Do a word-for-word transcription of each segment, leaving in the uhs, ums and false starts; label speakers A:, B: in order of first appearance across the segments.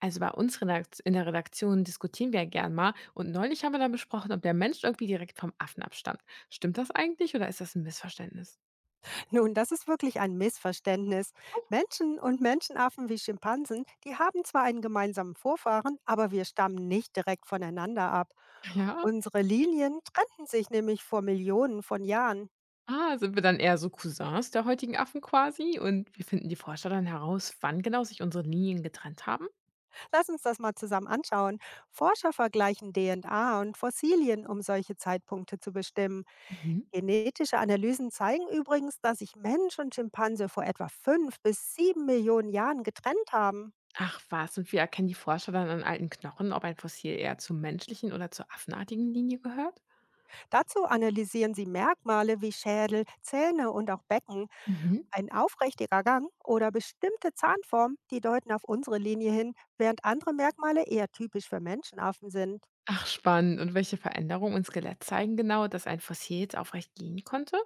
A: Also bei uns Redakt in der Redaktion diskutieren wir ja gern mal, und neulich haben wir dann besprochen, ob der Mensch irgendwie direkt vom Affen abstammt. Stimmt das eigentlich, oder ist das ein Missverständnis?
B: Nun, das ist wirklich ein Missverständnis.
A: Ach so.
B: Menschen und Menschenaffen wie Schimpansen, die haben zwar einen gemeinsamen Vorfahren, aber wir stammen nicht direkt voneinander ab.
A: Ja.
B: Unsere Linien trennten sich nämlich vor Millionen von Jahren.
A: Ah, sind wir dann eher so Cousins der heutigen Affen quasi, und wir finden die Forscher dann heraus, wann genau sich unsere Linien getrennt haben?
B: Lass uns das mal zusammen anschauen. Forscher vergleichen D N A und Fossilien, um solche Zeitpunkte zu bestimmen.
A: Mhm.
B: Genetische Analysen zeigen übrigens, dass sich Mensch und Schimpanse vor etwa fünf bis sieben Millionen Jahren getrennt haben.
A: Ach was, und wir erkennen die Forscher dann an alten Knochen, ob ein Fossil eher zur menschlichen oder zur affenartigen Linie gehört?
B: Dazu analysieren sie Merkmale wie Schädel, Zähne und auch Becken.
A: Mhm.
B: Ein aufrichtiger Gang oder bestimmte Zahnform, die deuten auf unsere Linie hin, während andere Merkmale eher typisch für Menschenaffen sind.
A: Ach, spannend. Und welche Veränderungen im Skelett zeigen genau, dass ein Fossil jetzt aufrecht gehen konnte?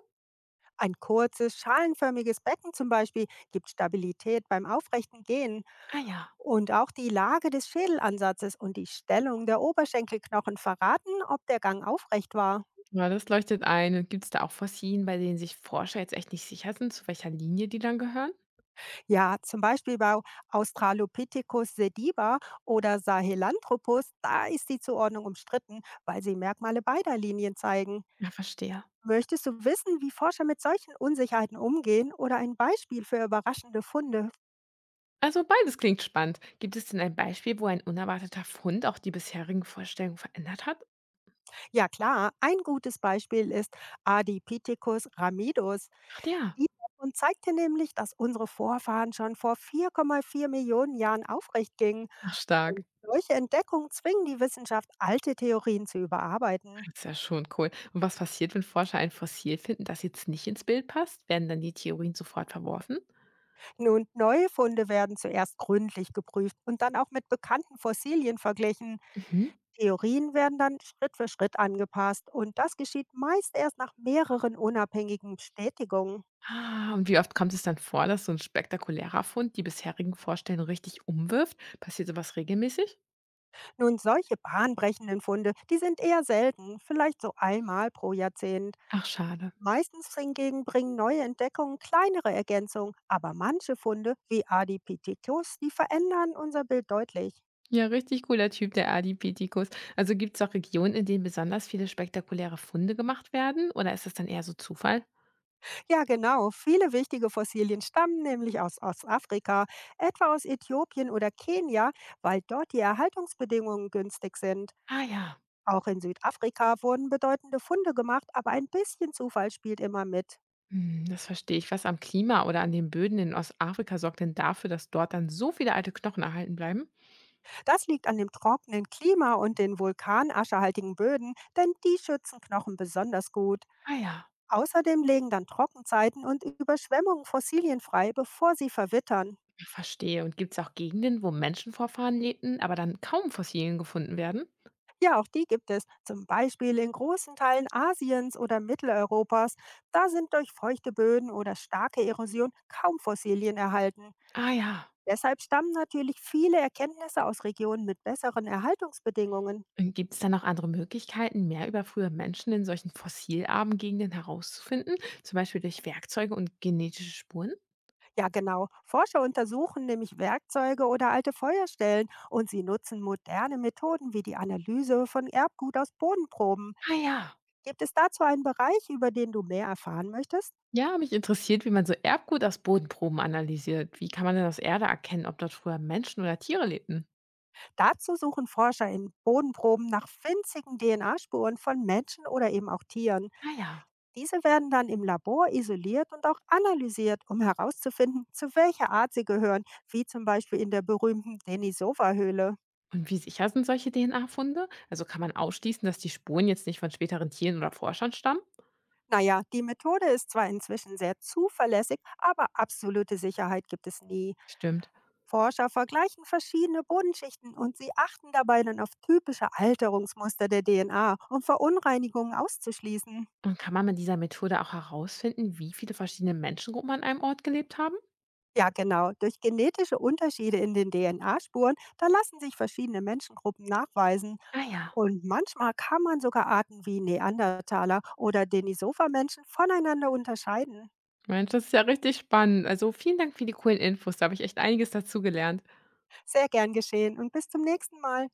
B: Ein kurzes, schalenförmiges Becken zum Beispiel gibt Stabilität beim aufrechten Gehen.
A: Ah ja.
B: Und auch die Lage des Schädelansatzes und die Stellung der Oberschenkelknochen verraten, ob der Gang aufrecht war.
A: Ja, das leuchtet ein. Und gibt es da auch Fossilien, bei denen sich Forscher jetzt echt nicht sicher sind, zu welcher Linie die dann gehören?
B: Ja, zum Beispiel bei Australopithecus sediba oder Sahelanthropus, da ist die Zuordnung umstritten, weil sie Merkmale beider Linien zeigen.
A: Ja, verstehe.
B: Möchtest du wissen, wie Forscher mit solchen Unsicherheiten umgehen oder ein Beispiel für überraschende Funde?
A: Also beides klingt spannend. Gibt es denn ein Beispiel, wo ein unerwarteter Fund auch die bisherigen Vorstellungen verändert hat?
B: Ja klar, ein gutes Beispiel ist Adipithecus ramidus.
A: Ach ja.
B: Dieser Fund zeigte nämlich, dass unsere Vorfahren schon vor 4,4 Millionen Jahren aufrecht gingen.
A: Ach stark.
B: Und solche Entdeckungen zwingen die Wissenschaft, alte Theorien zu überarbeiten.
A: Das ist ja schon cool. Und was passiert, wenn Forscher ein Fossil finden, das jetzt nicht ins Bild passt? Werden dann die Theorien sofort verworfen?
B: Nun, neue Funde werden zuerst gründlich geprüft und dann auch mit bekannten Fossilien verglichen.
A: Mhm.
B: Theorien werden dann Schritt für Schritt angepasst und das geschieht meist erst nach mehreren unabhängigen Bestätigungen.
A: Ah, und wie oft kommt es dann vor, dass so ein spektakulärer Fund die bisherigen Vorstellungen richtig umwirft? Passiert sowas regelmäßig?
B: Nun, solche bahnbrechenden Funde, die sind eher selten, vielleicht so einmal pro Jahrzehnt.
A: Ach schade.
B: Meistens hingegen bringen neue Entdeckungen kleinere Ergänzungen, aber manche Funde, wie Adipithecus, die verändern unser Bild deutlich.
A: Ja, richtig cooler Typ, der Ardipithecus. Also gibt es auch Regionen, in denen besonders viele spektakuläre Funde gemacht werden? Oder ist das dann eher so Zufall?
B: Ja, genau. Viele wichtige Fossilien stammen nämlich aus Ostafrika, etwa aus Äthiopien oder Kenia, weil dort die Erhaltungsbedingungen günstig sind.
A: Ah ja,
B: Auch in Südafrika wurden bedeutende Funde gemacht, aber ein bisschen Zufall spielt immer mit.
A: hm, das verstehe ich. Was am Klima oder an den Böden in Ostafrika sorgt denn dafür, dass dort dann so viele alte Knochen erhalten bleiben?
B: Das liegt an dem trockenen Klima und den vulkanascherhaltigen Böden, denn die schützen Knochen besonders gut.
A: Ah ja,
B: Außerdem legen dann Trockenzeiten und Überschwemmungen Fossilien frei, bevor sie verwittern.
A: verstehe. Und gibt es auch Gegenden, wo Menschenvorfahren lebten, aber dann kaum Fossilien gefunden werden?
B: Ja, auch die gibt es, zum Beispiel in großen Teilen Asiens oder Mitteleuropas. Da sind durch feuchte Böden oder starke Erosion kaum Fossilien erhalten.
A: Ah ja.
B: Deshalb stammen natürlich viele Erkenntnisse aus Regionen mit besseren Erhaltungsbedingungen.
A: Und gibt es dann noch andere Möglichkeiten, mehr über frühe Menschen in solchen fossilarmen Gegenden herauszufinden? Zum Beispiel durch Werkzeuge und genetische Spuren?
B: Ja, genau. Forscher untersuchen nämlich Werkzeuge oder alte Feuerstellen und sie nutzen moderne Methoden wie die Analyse von Erbgut aus Bodenproben.
A: Ah ja.
B: Gibt es dazu einen Bereich, über den du mehr erfahren möchtest?
A: Ja, mich interessiert, wie man so Erbgut aus Bodenproben analysiert. Wie kann man denn aus Erde erkennen, ob dort früher Menschen oder Tiere lebten?
B: Dazu suchen Forscher in Bodenproben nach winzigen D N A-Spuren von Menschen oder eben auch Tieren.
A: Ah ja.
B: Diese werden dann im Labor isoliert und auch analysiert, um herauszufinden, zu welcher Art sie gehören, wie zum Beispiel in der berühmten Denisova-Höhle.
A: Und wie sicher sind solche D N A-Funde? Also kann man ausschließen, dass die Spuren jetzt nicht von späteren Tieren oder Forschern stammen?
B: Naja, die Methode ist zwar inzwischen sehr zuverlässig, aber absolute Sicherheit gibt es nie.
A: Stimmt.
B: Forscher vergleichen verschiedene Bodenschichten und sie achten dabei dann auf typische Alterungsmuster der D N A, um Verunreinigungen auszuschließen.
A: Und kann man mit dieser Methode auch herausfinden, wie viele verschiedene Menschengruppen an einem Ort gelebt haben?
B: Ja, genau. Durch genetische Unterschiede in den D N A-Spuren, da lassen sich verschiedene Menschengruppen nachweisen.
A: Ah ja.
B: Und manchmal kann man sogar Arten wie Neandertaler oder Denisova-Menschen voneinander unterscheiden.
A: Mensch, das ist ja richtig spannend. Also vielen Dank für die coolen Infos. Da habe ich echt einiges dazu gelernt.
B: Sehr gern geschehen und bis zum nächsten Mal.